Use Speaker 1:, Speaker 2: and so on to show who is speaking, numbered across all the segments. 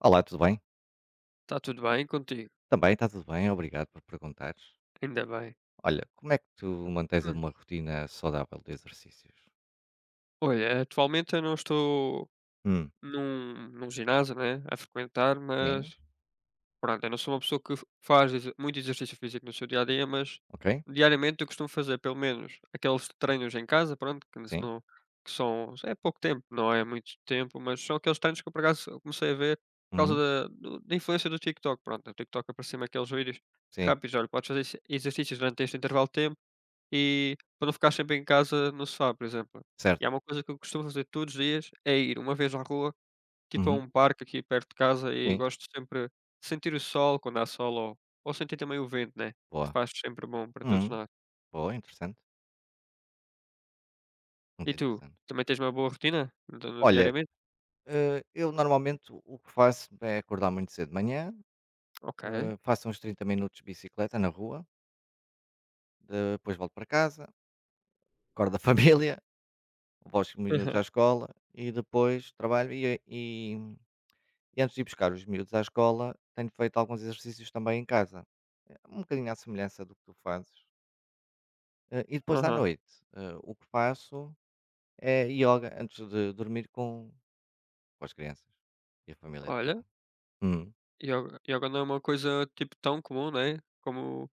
Speaker 1: Olá, tudo bem?
Speaker 2: Está tudo bem contigo?
Speaker 1: Também, está tudo bem, obrigado por perguntares.
Speaker 2: Ainda bem.
Speaker 1: Olha, como é que tu mantens
Speaker 2: Hum,
Speaker 1: uma rotina saudável de exercícios?
Speaker 2: olha, atualmente eu não estou
Speaker 1: Hum,
Speaker 2: num ginásio, né, a frequentar,
Speaker 1: sim,
Speaker 2: mas pronto, eu não sou uma pessoa que faz exe muito exercício físico no seu dia a dia, mas
Speaker 1: ok,
Speaker 2: diariamente eu costumo fazer pelo menos aqueles treinos em casa, pronto, que se
Speaker 1: sim,
Speaker 2: não que são é pouco tempo, não é muito tempo, mas são aqueles treinos que eu por acaso eu comecei a ver por causa
Speaker 1: uhum,
Speaker 2: da influência do TikTok. Pronto, no TikTok apareciam-me aqueles vídeos
Speaker 1: sim,
Speaker 2: rápidos: "Olha, podes fazer ex exercícios durante este intervalo de tempo". E para não ficar sempre em casa no sofá, por exemplo.
Speaker 1: certo,
Speaker 2: E há uma coisa que eu costumo fazer todos os dias, é ir uma vez à rua, tipo a
Speaker 1: uhum,
Speaker 2: um parque aqui perto de casa e
Speaker 1: sim,
Speaker 2: gosto sempre de sentir o sol quando há sol, ou sentir também o vento, né, que
Speaker 1: boa,
Speaker 2: faz sempre bom para todos
Speaker 1: uhum,
Speaker 2: nós.
Speaker 1: boa, interessante,
Speaker 2: E
Speaker 1: muito
Speaker 2: tu,
Speaker 1: interessante.
Speaker 2: também tens uma boa rotina do no
Speaker 1: Olha,
Speaker 2: diariamente?
Speaker 1: eu normalmente o que faço é acordar muito cedo de manhã,
Speaker 2: Ok.
Speaker 1: faço uns 30 minutos de bicicleta na rua, depois volto para casa, acordo a família, vou aos miúdos à escola e depois trabalho. E antes de ir buscar os miúdos à escola, tenho feito alguns exercícios também em casa. É um bocadinho à semelhança do que tu fazes. E depois
Speaker 2: Aham,
Speaker 1: à
Speaker 2: aham.
Speaker 1: noite, o que faço é yoga antes de dormir com as crianças e a família toda.
Speaker 2: Olha,
Speaker 1: Hum,
Speaker 2: yoga yoga não é uma coisa, tipo, tão comum, né, como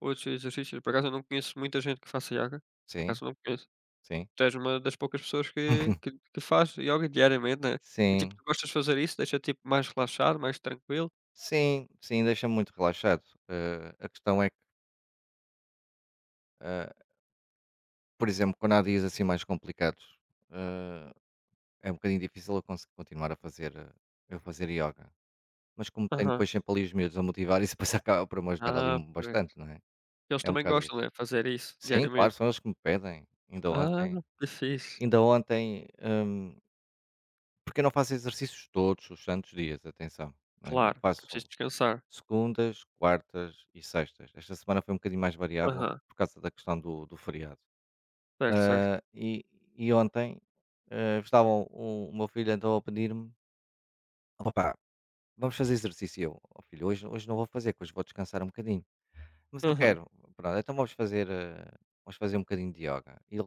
Speaker 2: outros exercícios. Por acaso eu não conheço muita gente que faça yoga, por
Speaker 1: sim,
Speaker 2: acaso não conheço.
Speaker 1: sim.
Speaker 2: Tu és uma das poucas pessoas que que que faz ioga diariamente, né. E, tipo,
Speaker 1: Sim,
Speaker 2: tu gostas de fazer isso? Deixa tipo, mais relaxado, mais tranquilo?
Speaker 1: sim, sim, deixa-me muito relaxado. A questão é que, eh, por exemplo, quando há dias assim mais complicados, eh, é um bocadinho difícil eu conseguir continuar a fazer, eu fazer yoga. Mas como tenho
Speaker 2: Aham.
Speaker 1: depois sempre ali os miúdos a motivar, isso depois acaba por me ajudar ali
Speaker 2: Ah,
Speaker 1: um
Speaker 2: pois.
Speaker 1: bastante, não é?
Speaker 2: Eles
Speaker 1: É um
Speaker 2: também
Speaker 1: bocado
Speaker 2: gostam,
Speaker 1: isso.
Speaker 2: né, fazer isso
Speaker 1: Sim, claro,
Speaker 2: diariamente.
Speaker 1: são eles que me pedem.
Speaker 2: Ah, que fixe.
Speaker 1: Ainda ontem, porque eu não faço exercícios todos os santos dias, atenção, não é? Eu
Speaker 2: Claro, é
Speaker 1: faço
Speaker 2: preciso descansar.
Speaker 1: segundas, quartas e sextas. Esta semana foi um bocadinho mais variável
Speaker 2: Aham.
Speaker 1: por causa da questão do feriado.
Speaker 2: Certo, certo.
Speaker 1: Hã, e e ontem, estavam o meu filho andou a pedir-me: "Ó papá, vamos fazer exercício". E eu: "Ó filho, hoje não vou fazer, que hoje vou descansar um bocadinho". Mas eu
Speaker 2: Aham,
Speaker 1: quero. Pronto, então vamos fazer um bocadinho de yoga. E ele,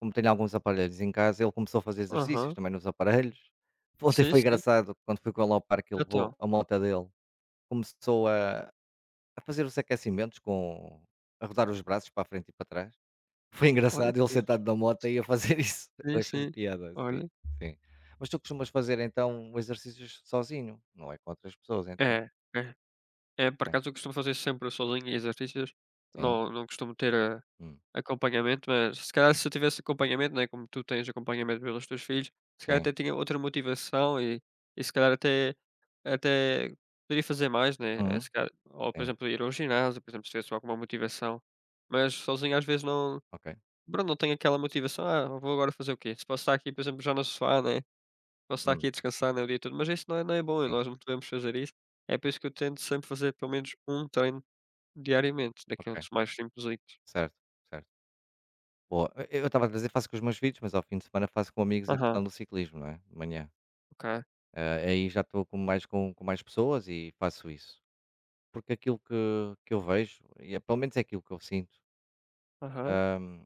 Speaker 1: como tem alguns aparelhos em casa, ele começou a fazer exercícios
Speaker 2: aham.
Speaker 1: também nos aparelhos. Ontem
Speaker 2: Sim,
Speaker 1: foi
Speaker 2: sim.
Speaker 1: engraçado, quando fui com ele ao parque, ele
Speaker 2: Então,
Speaker 1: levou a moto dele, começou a fazer os aquecimentos com a rodar os braços para a frente e para trás. Foi
Speaker 2: olha
Speaker 1: engraçado,
Speaker 2: que
Speaker 1: ele
Speaker 2: fixe.
Speaker 1: sentado na moto e a fazer isso. Eu
Speaker 2: Sim,
Speaker 1: achei-lhe
Speaker 2: sim.
Speaker 1: piada, sim,
Speaker 2: Olha.
Speaker 1: sim. Mas tu costumas fazer então exercícios sozinho, não é com outras pessoas, então?
Speaker 2: É, é. É, por
Speaker 1: Sim,
Speaker 2: acaso eu costumo fazer sempre sozinho exercícios,
Speaker 1: sim,
Speaker 2: não costumo ter a
Speaker 1: hum,
Speaker 2: acompanhamento, mas se calhar se eu tivesse acompanhamento, né, como tu tens acompanhamento pelos teus filhos, se calhar
Speaker 1: sim,
Speaker 2: até tinha outra motivação e se calhar até poderia fazer mais, né, eh,
Speaker 1: hum,
Speaker 2: se calhar ou por
Speaker 1: sim,
Speaker 2: exemplo ir ao ginásio, por exemplo, se tivesse alguma motivação, mas sozinho às vezes não
Speaker 1: ok,
Speaker 2: pronto, não tenho aquela motivação: "Ah, vou agora fazer o quê?". Se posso estar aqui, por exemplo, já no sofá, né, posso estar aqui
Speaker 1: hum,
Speaker 2: a descansar, né, o dia todo, mas isso não é bom e
Speaker 1: sim.
Speaker 2: nós não devemos fazer isso. É por isso que eu tento sempre fazer pelo menos um treino diariamente,
Speaker 1: Ok,
Speaker 2: daqueles mais simplesitos.
Speaker 1: certo, certo. Boa. E eu estava a dizer, faço com os meus filhos, mas ao fim de semana faço com amigos a
Speaker 2: Aham,
Speaker 1: questão do ciclismo, não é? De manhã.
Speaker 2: ok.
Speaker 1: Ah, aí já estou com mais, com mais pessoas e faço isso. Porque aquilo que eu vejo, pelo menos é aquilo que eu sinto,
Speaker 2: Aham.
Speaker 1: hum,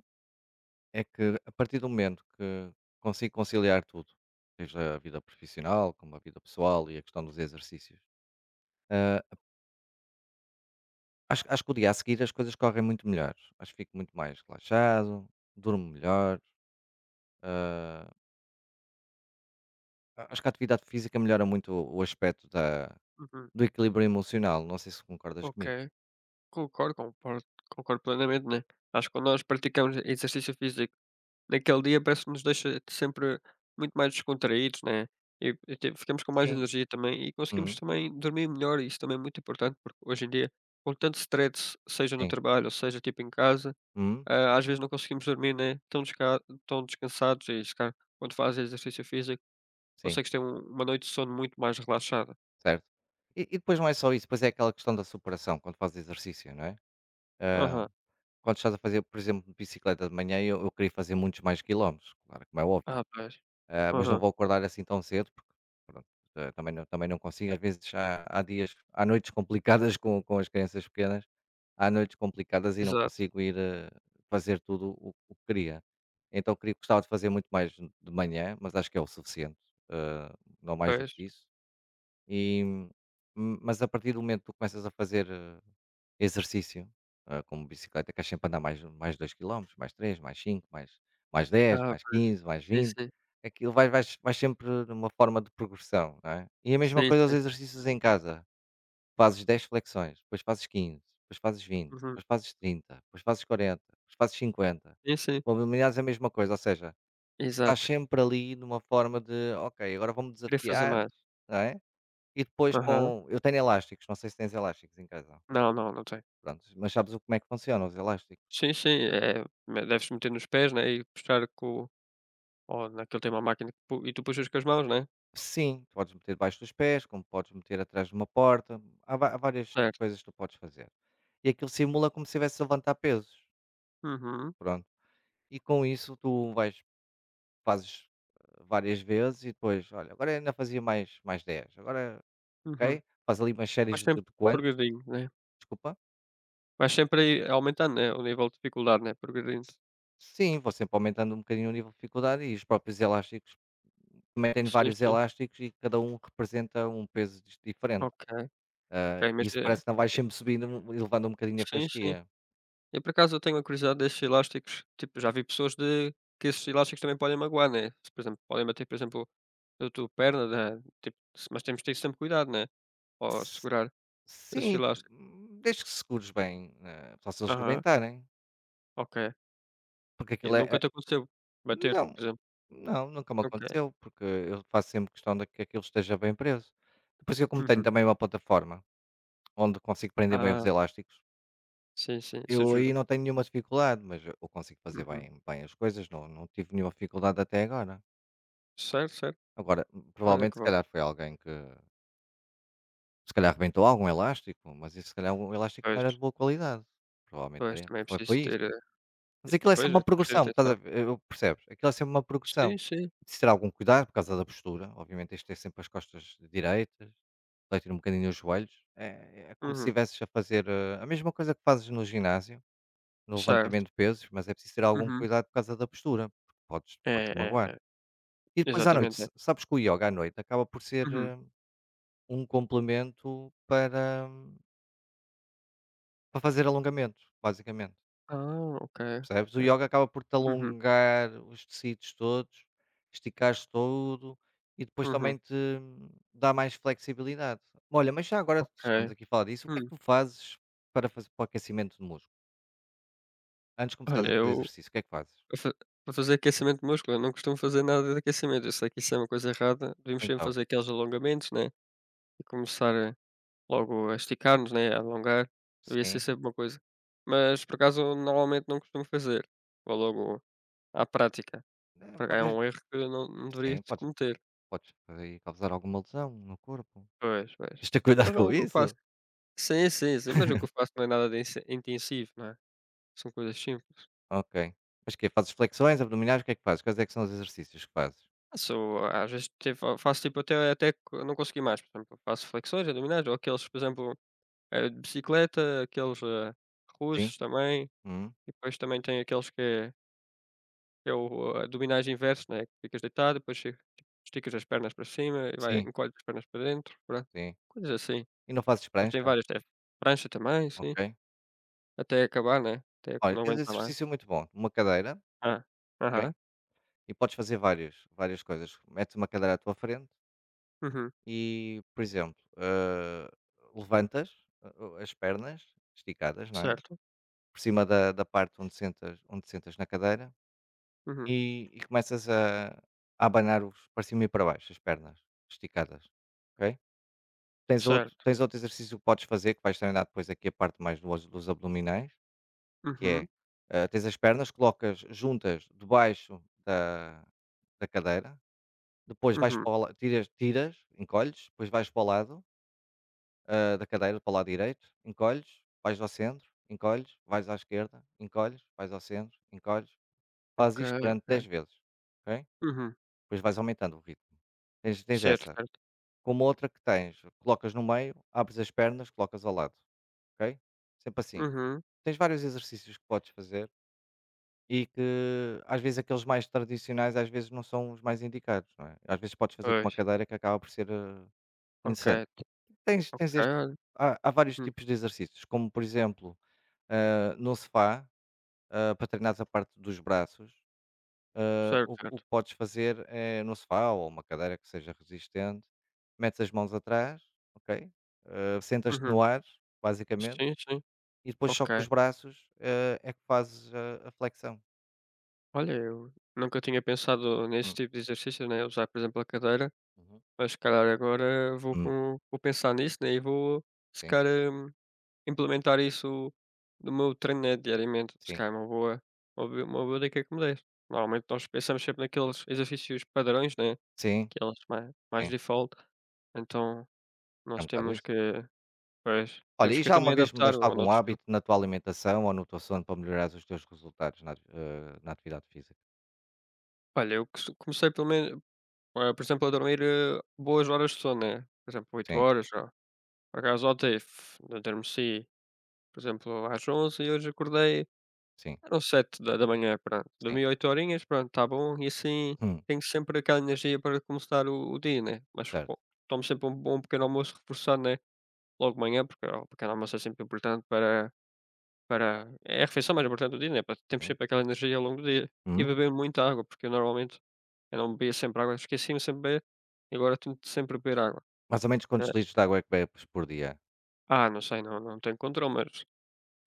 Speaker 1: é que a partir do momento que consigo conciliar tudo, seja a vida profissional, como a vida pessoal e a questão dos exercícios, ah, acho que o dia a seguir as coisas correm muito melhor. Acho que fico muito mais relaxado, durmo melhor. eh, Acho que a atividade física melhora muito o aspecto da,
Speaker 2: Uhum.
Speaker 1: do equilíbrio emocional. Não sei se concordas
Speaker 2: Ok,
Speaker 1: comigo.
Speaker 2: concordo, concordo, concordo plenamente, né? Acho que quando nós praticamos exercício físico, naquele dia parece que nos deixa sempre muito mais descontraídos, né? Ficamos com mais
Speaker 1: Sim,
Speaker 2: energia também e conseguimos
Speaker 1: uhum,
Speaker 2: também dormir melhor. E isso também é muito importante, porque hoje em dia, com tanto stress, seja no
Speaker 1: sim,
Speaker 2: trabalho, ou seja tipo em casa,
Speaker 1: uhum,
Speaker 2: ah, às vezes não conseguimos dormir, né? Tão, desca tão descansados e se calhar, quando fazes exercício físico,
Speaker 1: sim,
Speaker 2: consegues ter uma noite de sono muito mais relaxada.
Speaker 1: certo. E depois não é só isso, depois é aquela questão da superação quando fazes exercício, não é? Ah,
Speaker 2: Aham,
Speaker 1: Quando estás a fazer, por exemplo, bicicleta de manhã, eu queria fazer muitos mais quilómetros, claro, como é óbvio.
Speaker 2: ah, pois.
Speaker 1: Mas não
Speaker 2: Aham,
Speaker 1: vou acordar assim tão cedo, porque pronto, também não consigo. Às vezes há noites complicadas com as crianças pequenas, há noites complicadas e não
Speaker 2: exato,
Speaker 1: consigo ir, fazer tudo o que queria. Então queria gostava de fazer muito mais de manhã, mas acho que é o suficiente, eh, não mais do
Speaker 2: pois.
Speaker 1: que isso. E, mas a partir do momento que tu começas a fazer exercício, como bicicleta queres sempre andar mais 2 quilómetros mais 3 mais 5 mais 10
Speaker 2: Ah,
Speaker 1: mais 15 mais
Speaker 2: sim,
Speaker 1: 20,
Speaker 2: sim.
Speaker 1: aquilo vais sempre numa forma de progressão, não é? E a mesma
Speaker 2: Sim,
Speaker 1: coisa os
Speaker 2: sim.
Speaker 1: exercícios em casa, fazes 10 flexões, depois fazes 15, depois fazes 20,
Speaker 2: Uhum.
Speaker 1: depois fazes 30, depois fazes 40, depois fazes 50.
Speaker 2: Sim, sim.
Speaker 1: Com abdominais é a mesma coisa, ou seja, estás
Speaker 2: Exato.
Speaker 1: sempre ali numa forma de: "Ok, agora vamos
Speaker 2: Querer fazer
Speaker 1: desafiar",
Speaker 2: mais.
Speaker 1: não é? E depois
Speaker 2: Aham.
Speaker 1: com eu tenho elásticos, não sei se tens elásticos em casa?
Speaker 2: Não, não, não tem.
Speaker 1: Prontos, mas sabes o como é que funcionam os elásticos?
Speaker 2: Sim, sim, é me deves meter nos pés, né, e puxar com ou naquele tem uma máquina que pu e tu puxas com as mãos, né?
Speaker 1: Sim, tu podes meter debaixo dos pés, como podes meter atrás de uma porta, há várias
Speaker 2: Certo.
Speaker 1: coisas que tu podes fazer. E aquilo simula como se estivesse a levantar pesos,
Speaker 2: Uhum,
Speaker 1: pronto. E com isso tu vais, fazes várias vezes e depois, olha, agora ainda fazia mais 10. Agora,
Speaker 2: uhum.
Speaker 1: ok? Faz ali umas séries
Speaker 2: Vais
Speaker 1: de,
Speaker 2: sempre
Speaker 1: de quantos,
Speaker 2: progredindo, né?
Speaker 1: desculpa.
Speaker 2: Vais sempre aí aumentando, né, o nível de dificuldade, né, progredindo.
Speaker 1: Sim, vou sempre aumentando um bocadinho o nível de dificuldade e os próprios elásticos, também tenho
Speaker 2: Sim,
Speaker 1: vários
Speaker 2: sim.
Speaker 1: elásticos e cada um representa um peso diferente.
Speaker 2: Ok. Ok, mas,
Speaker 1: Isso
Speaker 2: eh,
Speaker 1: parece que não vais sempre subindo e levando um bocadinho a
Speaker 2: sim, sim.
Speaker 1: fasquia.
Speaker 2: Eu por acaso eu tenho a curiosidade desses elásticos, tipo, já vi pessoas de que esses elásticos também podem magoar, né. Se por exemplo, podem bater, por exemplo, na tua perna, né, tipo, mas temos de ter sempre cuidado, né, ao
Speaker 1: S
Speaker 2: segurar esses
Speaker 1: sim,
Speaker 2: elásticos.
Speaker 1: desde que segures bem, só se eles
Speaker 2: Aham,
Speaker 1: rebentarem,
Speaker 2: ok.
Speaker 1: porque
Speaker 2: E
Speaker 1: aquilo é
Speaker 2: nunca
Speaker 1: é
Speaker 2: te aconteceu bater por
Speaker 1: Não,
Speaker 2: exemplo?
Speaker 1: não, nunca me
Speaker 2: Ok.
Speaker 1: aconteceu, porque eu faço sempre questão de que aquilo esteja bem preso. Depois eu como tenho
Speaker 2: Uhum.
Speaker 1: também uma plataforma, onde consigo prender bem os
Speaker 2: Ah,
Speaker 1: elásticos,
Speaker 2: sim, sim, isso
Speaker 1: eu aí
Speaker 2: ajuda.
Speaker 1: não tenho nenhuma dificuldade, mas eu consigo fazer
Speaker 2: Uhum.
Speaker 1: bem as coisas, não tive nenhuma dificuldade até agora.
Speaker 2: Certo, certo.
Speaker 1: Agora,
Speaker 2: Olha
Speaker 1: provavelmente,
Speaker 2: que
Speaker 1: se
Speaker 2: bom.
Speaker 1: calhar foi alguém que Se calhar rebentou algum elástico, mas isso se calhar o elástico não
Speaker 2: Pois,
Speaker 1: era de boa qualidade. Provavelmente
Speaker 2: pois,
Speaker 1: era
Speaker 2: também é
Speaker 1: foi foi
Speaker 2: preciso
Speaker 1: isso.
Speaker 2: ter, eh, e
Speaker 1: Mas aquilo é
Speaker 2: depois
Speaker 1: sempre uma
Speaker 2: é preciso
Speaker 1: progressão,
Speaker 2: ter
Speaker 1: estás a
Speaker 2: atenção.
Speaker 1: ver, eu percebes? Aquilo é sempre uma progressão.
Speaker 2: Sim, sim.
Speaker 1: Preciso ter algum cuidado por causa da postura, obviamente tens é sempre as costas direitas, deitar um bocadinho os joelhos, é como se
Speaker 2: Uhum.
Speaker 1: estivesses a fazer, a mesma coisa que fazes no ginásio, no
Speaker 2: Certo.
Speaker 1: levantamento de pesos, mas é preciso ter algum
Speaker 2: Uhum.
Speaker 1: cuidado por causa da postura, porque podes
Speaker 2: É,
Speaker 1: podes
Speaker 2: é,
Speaker 1: magoar.
Speaker 2: é.
Speaker 1: E depois à noite,
Speaker 2: Exatamente, é.
Speaker 1: sa sabes que o yoga à noite acaba por ser,
Speaker 2: Uhum.
Speaker 1: um complemento para fazer alongamento, basicamente,
Speaker 2: Ah, ok,
Speaker 1: percebes? O
Speaker 2: ok.
Speaker 1: ioga acaba por te
Speaker 2: Uhum,
Speaker 1: alongar os tecidos todos, esticares todo e depois também
Speaker 2: uhum,
Speaker 1: te dá mais flexibilidade. Olha, mas já agora que estamos
Speaker 2: ok.
Speaker 1: aqui a falar disso, o que é que
Speaker 2: Hum,
Speaker 1: tu fazes para o aquecimento do músculo? Antes de começares
Speaker 2: olha,
Speaker 1: a fazer exercício, o que é que fazes?
Speaker 2: eu fa para fazer aquecimento de músculo, eu não costumo fazer nada de aquecimento, eu sei que isso é uma coisa errada, devíamos sempre
Speaker 1: Então,
Speaker 2: fazer aqueles alongamentos, né, e começar, eh, logo a esticar-nos, né, a alongar, devia ser
Speaker 1: sim,
Speaker 2: sempre uma coisa. Mas, por acaso, eu normalmente não costumo fazer, vou logo à prática, por é
Speaker 1: talvez
Speaker 2: um erro que eu não deveria
Speaker 1: sim,
Speaker 2: de
Speaker 1: podes
Speaker 2: cometer.
Speaker 1: podes aí causar alguma lesão no corpo.
Speaker 2: Pois, pois.
Speaker 1: Tens de ter cuidado
Speaker 2: Mas não é
Speaker 1: com
Speaker 2: o que eu faço
Speaker 1: isso.
Speaker 2: sim, sim, sim, mas o que eu faço não é nada de inse intensivo, não é? São coisas simples.
Speaker 1: Ok. Mas o quê? Fazes flexões, abdominais, o que é que fazes? Quais é que são os exercícios que fazes?
Speaker 2: Faço, às vezes, tipo, faço tipo até até co não conseguir mais, por exemplo, faço flexões abdominais ou aqueles, por exemplo, eh, de bicicleta, aqueles, eh,
Speaker 1: Sim?
Speaker 2: russos também, e
Speaker 1: Hum,
Speaker 2: depois também tem aqueles que é o eh, abdominais inverso né, que ficas deitado, depois che esticas as pernas para cima e vai
Speaker 1: sim.
Speaker 2: encolhes as pernas para dentro, pronto,
Speaker 1: Sim.
Speaker 2: coisas assim.
Speaker 1: E não fazes
Speaker 2: Mas tem
Speaker 1: prancha?
Speaker 2: várias te prancha também, sim,
Speaker 1: Ok.
Speaker 2: até acabar, né, até
Speaker 1: Olha,
Speaker 2: não
Speaker 1: tens um
Speaker 2: aguentar mais.
Speaker 1: exercício muito bom. Uma cadeira,
Speaker 2: Ah. Aham.
Speaker 1: ok? E podes fazer várias, várias coisas. Metes uma cadeira à tua frente
Speaker 2: Uhum.
Speaker 1: e, por exemplo, levantas eh, as pernas esticadas, não é?
Speaker 2: Certo.
Speaker 1: Por cima da parte onde sentas, na cadeira
Speaker 2: Uhum.
Speaker 1: e começas a abanar para cima e para baixo, as pernas esticadas, ok? Tens outro,
Speaker 2: Certo.
Speaker 1: tens outro exercício que podes fazer, que vais treinar depois aqui a parte mais dos abdominais. Que é,
Speaker 2: Uhum.
Speaker 1: tens as pernas, colocas juntas debaixo da cadeira, depois vais
Speaker 2: Uhum.
Speaker 1: para o la tiras, encolhes, depois vais para o lado, da cadeira, para o lado direito, encolhes, vais ao centro, encolhes, vais à esquerda, encolhes, vais ao centro, encolhes.
Speaker 2: Ok,
Speaker 1: Fazes isto durante
Speaker 2: ok.
Speaker 1: 10 vezes, ok?
Speaker 2: Uhum.
Speaker 1: Depois vais aumentando o ritmo. Tens
Speaker 2: Certo,
Speaker 1: essa.
Speaker 2: certo.
Speaker 1: Como outra que tens, colocas no meio, abres as pernas, colocas ao lado, ok? Sempre assim.
Speaker 2: Uhum.
Speaker 1: Tens vários exercícios que podes fazer e que às vezes aqueles mais tradicionais, às vezes não são os mais indicados, não é? Às vezes podes fazer com uma
Speaker 2: Pois.
Speaker 1: cadeira que acaba por ser,
Speaker 2: Ok,
Speaker 1: interessante. Tens
Speaker 2: ok,
Speaker 1: tens este
Speaker 2: olha.
Speaker 1: há há vários
Speaker 2: Uhum.
Speaker 1: tipos de exercícios, como por exemplo, no sofá, para treinar a parte dos braços,
Speaker 2: Certo,
Speaker 1: o
Speaker 2: certo.
Speaker 1: que podes fazer é no sofá ou uma cadeira que seja resistente, metes as mãos atrás, ok? Sentas-te
Speaker 2: Uhum.
Speaker 1: no ar, basicamente,
Speaker 2: Sim, sim.
Speaker 1: e depois só
Speaker 2: Ok.
Speaker 1: com os braços, é que fazes a flexão.
Speaker 2: Olha, eu nunca tinha pensado nesse
Speaker 1: Hum.
Speaker 2: tipo de exercício, né, usar, por exemplo, a cadeira,
Speaker 1: Uhum.
Speaker 2: mas se calhar agora vou
Speaker 1: Hum.
Speaker 2: com vou pensar nisso, né, e vou se
Speaker 1: Sim,
Speaker 2: calhar, implementar isso no meu treino, né, diariamente. Se
Speaker 1: sim.
Speaker 2: calhar é uma boa dica que me deste. Normalmente nós pensamos sempre naqueles exercícios padrões, né,
Speaker 1: Sim,
Speaker 2: aqueles mais
Speaker 1: sim,
Speaker 2: default, então
Speaker 1: é um
Speaker 2: nós
Speaker 1: bocado
Speaker 2: temos
Speaker 1: isso.
Speaker 2: que pois,
Speaker 1: Olha,
Speaker 2: temos
Speaker 1: e
Speaker 2: que
Speaker 1: já uma
Speaker 2: também
Speaker 1: vez
Speaker 2: adaptar
Speaker 1: mudaste
Speaker 2: ao
Speaker 1: algum
Speaker 2: nosso estilo.
Speaker 1: hábito na tua alimentação ou no teu sono para melhorares os teus resultados na atividade física?
Speaker 2: Olha, eu cost comecei pelo menos eh, por exemplo, a dormir, eh, boas horas de sono, né, por exemplo, oito
Speaker 1: Sim,
Speaker 2: horas, ó. Por acaso ontem f adormeci, por exemplo, às 11 e hoje acordei
Speaker 1: sim,
Speaker 2: eram 7h, pronto.
Speaker 1: sim.
Speaker 2: Dormi 8 horinhas, pronto, tá bom, e assim
Speaker 1: Hum,
Speaker 2: tenho sempre aquela energia para começar o dia, né. Mas
Speaker 1: certo.
Speaker 2: bom, tomo sempre um bom pequeno almoço reforçado, né, logo de manhã, porque ó, o pequeno almoço é sempre importante para Para é a refeição mais importante do dia, né, para termos
Speaker 1: Sim.
Speaker 2: sempre aquela energia ao longo do dia. E
Speaker 1: Uhum.
Speaker 2: beber muita água, porque eu normalmente eu não bebia sempre água, esquecia-me sempre de beber, e agora tento sempre beber água.
Speaker 1: Mais ou menos
Speaker 2: Eh,
Speaker 1: quantos litros de água é que bebes por dia?
Speaker 2: ah, não sei, não tenho controle, mas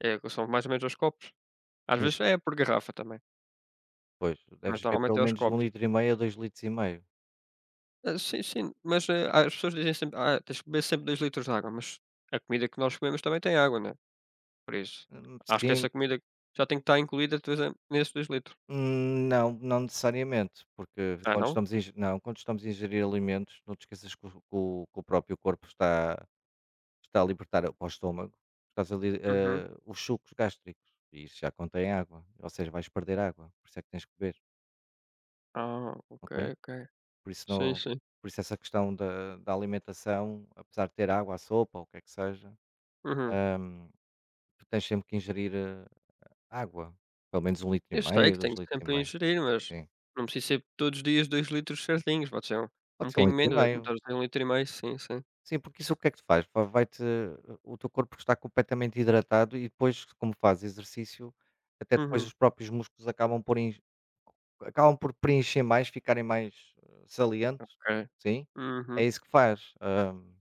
Speaker 2: é que são mais ou menos aos copos. Às
Speaker 1: Mas,
Speaker 2: vezes é por garrafa também,
Speaker 1: pois,
Speaker 2: mas
Speaker 1: deves beber
Speaker 2: normalmente
Speaker 1: pelo
Speaker 2: é aos
Speaker 1: menos de um
Speaker 2: copos.
Speaker 1: litro e meio a 2,5 litros.
Speaker 2: Ah, sim, sim, mas, eh, as pessoas dizem sempre: "Ah, tens de beber sempre 2 litros de água", mas a comida que nós comemos também tem água, né, por isso, acho que
Speaker 1: Sim,
Speaker 2: essa comida já tem que estar incluída, de vez nesses 2 litros.
Speaker 1: não, não necessariamente, porque
Speaker 2: Ah,
Speaker 1: quando
Speaker 2: não?
Speaker 1: estamos a ingerir, não, quando estamos a ingerir alimentos, não te esqueças que o próprio corpo está a libertar para o estômago, estás ali,
Speaker 2: Uhum.
Speaker 1: os sucos gástricos, e isso já contém água, ou seja, vais perder água, por isso é que tens que beber,
Speaker 2: Ah, ok,
Speaker 1: ok?
Speaker 2: ok.
Speaker 1: Por isso
Speaker 2: Sim,
Speaker 1: não
Speaker 2: sim.
Speaker 1: por isso essa questão da alimentação, apesar de ter água, a sopa, ou o que é que seja,
Speaker 2: Uhum.
Speaker 1: hum, tu tens sempre que ingerir, água, pelo menos um litro, e
Speaker 2: Eu sei
Speaker 1: meio
Speaker 2: que
Speaker 1: dois
Speaker 2: tenho
Speaker 1: litros, e
Speaker 2: sempre a
Speaker 1: meio.
Speaker 2: ingerir, mas
Speaker 1: Sim.
Speaker 2: não preciso ser todos os dias 2 litros certinhos, pode ser um
Speaker 1: Pode ser um
Speaker 2: bocadinho
Speaker 1: litro. e
Speaker 2: menos, é como
Speaker 1: meio
Speaker 2: estás a dizer 1,5 litro, e meio, sim, sim.
Speaker 1: Sim, porque isso o que é que te faz? Va vai-te o teu corpo está completamente hidratado e depois, como faz exercício, até depois os
Speaker 2: Uhum,
Speaker 1: próprios músculos acabam por preencher mais, ficarem mais, salientes,
Speaker 2: ok.
Speaker 1: sim, é
Speaker 2: Uhum.
Speaker 1: isso que faz.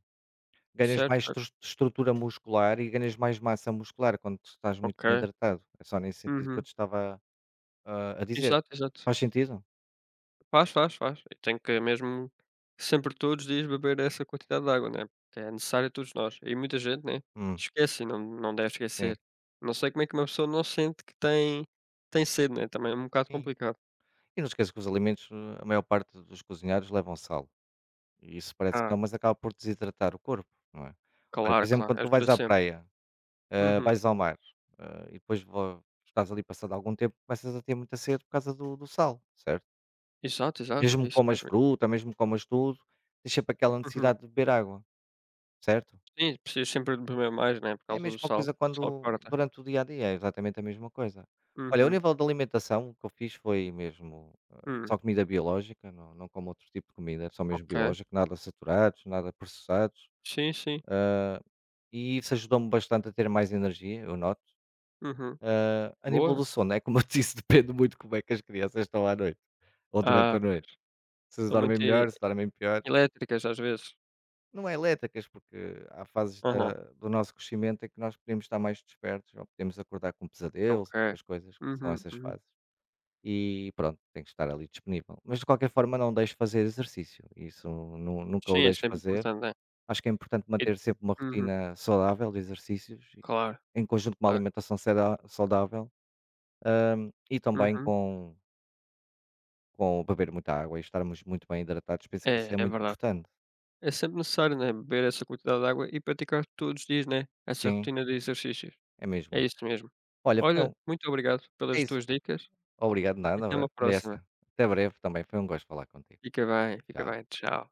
Speaker 1: Ganhas
Speaker 2: Certo,
Speaker 1: mais
Speaker 2: certo.
Speaker 1: estrutura muscular e ganhas mais massa muscular quando tu estás muito
Speaker 2: Ok.
Speaker 1: bem hidratado. É só nesse sentido que eu
Speaker 2: Uhum.
Speaker 1: te estava a dizer.
Speaker 2: Exato, exato.
Speaker 1: Faz sentido?
Speaker 2: Faz, faz, faz. Eu tenho que mesmo sempre todos os dias beber essa quantidade de água, né, porque é necessário a todos nós. E muita gente, né,
Speaker 1: Hum,
Speaker 2: esquece e não deve
Speaker 1: sim,
Speaker 2: esquecer. Não sei como é que uma pessoa não sente que tem sede, né, também é um bocado
Speaker 1: sim.
Speaker 2: complicado.
Speaker 1: E não esqueças que os alimentos, a maior parte dos cozinhados levam sal. E isso parece que
Speaker 2: Ah,
Speaker 1: não, mas acaba por desidratar o corpo, não é? Olha, por
Speaker 2: claro,
Speaker 1: exemplo,
Speaker 2: claro,
Speaker 1: quando tu
Speaker 2: ajuda
Speaker 1: vais à
Speaker 2: sempre.
Speaker 1: praia,
Speaker 2: Uhum.
Speaker 1: vais ao mar, e depois estás ali passado algum tempo, começas a ter muita sede por causa do sal, certo?
Speaker 2: Exato, exato,
Speaker 1: Mesmo
Speaker 2: é
Speaker 1: que
Speaker 2: isso
Speaker 1: comas
Speaker 2: mesmo.
Speaker 1: fruta, mesmo que comas tudo, tens sempre aquela
Speaker 2: Uhum.
Speaker 1: necessidade de beber água, certo?
Speaker 2: Sim, precisas sempre de beber mais, né, por
Speaker 1: É a
Speaker 2: causa do
Speaker 1: mesma
Speaker 2: sal,
Speaker 1: coisa
Speaker 2: o sal
Speaker 1: quando
Speaker 2: corta.
Speaker 1: durante o dia a dia, é exatamente a mesma coisa. Olha, o
Speaker 2: Uhum.
Speaker 1: nível de alimentação o que eu fiz foi mesmo
Speaker 2: Hum,
Speaker 1: só comida biológica, não, não como outro tipo de comida, só mesmo
Speaker 2: ok.
Speaker 1: biológico, nada saturados, nada processados,
Speaker 2: Sim, sim.
Speaker 1: e isso ajudou-me bastante a ter mais energia, eu noto.
Speaker 2: Uhum.
Speaker 1: A nível
Speaker 2: Boa.
Speaker 1: do sono, é como eu te disse, depende muito como é que as crianças estão à noite, ou durante
Speaker 2: Ah,
Speaker 1: a noite. Se
Speaker 2: são
Speaker 1: dormem
Speaker 2: muito
Speaker 1: melhor, se dormem pior.
Speaker 2: elétricas às vezes.
Speaker 1: Não é elétricas, porque há fases da
Speaker 2: Aham,
Speaker 1: do nosso crescimento em que nós podemos estar mais despertos, ou podemos acordar com pesadelos,
Speaker 2: ok.
Speaker 1: essas coisas, que são
Speaker 2: Uhum,
Speaker 1: essas
Speaker 2: uhum.
Speaker 1: fases. E pronto, tem que estar ali disponível. Mas de qualquer forma não deixo fazer exercício, isso nu nunca o
Speaker 2: Sim, é
Speaker 1: deixo
Speaker 2: sempre
Speaker 1: fazer.
Speaker 2: importante, né.
Speaker 1: Acho que é importante
Speaker 2: E
Speaker 1: manter sempre uma
Speaker 2: uhum,
Speaker 1: rotina saudável de exercícios,
Speaker 2: claro,
Speaker 1: em conjunto com uma
Speaker 2: claro.
Speaker 1: alimentação seda saudável e também
Speaker 2: Uhum.
Speaker 1: com beber muita água e estarmos muito bem hidratados, penso que isso
Speaker 2: É,
Speaker 1: é
Speaker 2: é
Speaker 1: muito
Speaker 2: verdade.
Speaker 1: importante.
Speaker 2: É sempre necessário, né, beber essa quantidade de água e praticar todos os dias, né, essa
Speaker 1: Sim,
Speaker 2: rotina de exercícios.
Speaker 1: é mesmo
Speaker 2: É
Speaker 1: isso.
Speaker 2: isso mesmo.
Speaker 1: Olha, foi
Speaker 2: Olha,
Speaker 1: um
Speaker 2: muito obrigado
Speaker 1: é
Speaker 2: pelas
Speaker 1: isso.
Speaker 2: tuas dicas.
Speaker 1: Obrigado nada,
Speaker 2: Até uma
Speaker 1: ora
Speaker 2: próxima.
Speaker 1: essa. Até breve também, foi um gosto falar contigo.
Speaker 2: Fica bem, fica
Speaker 1: Tchau.
Speaker 2: bem. Tchau.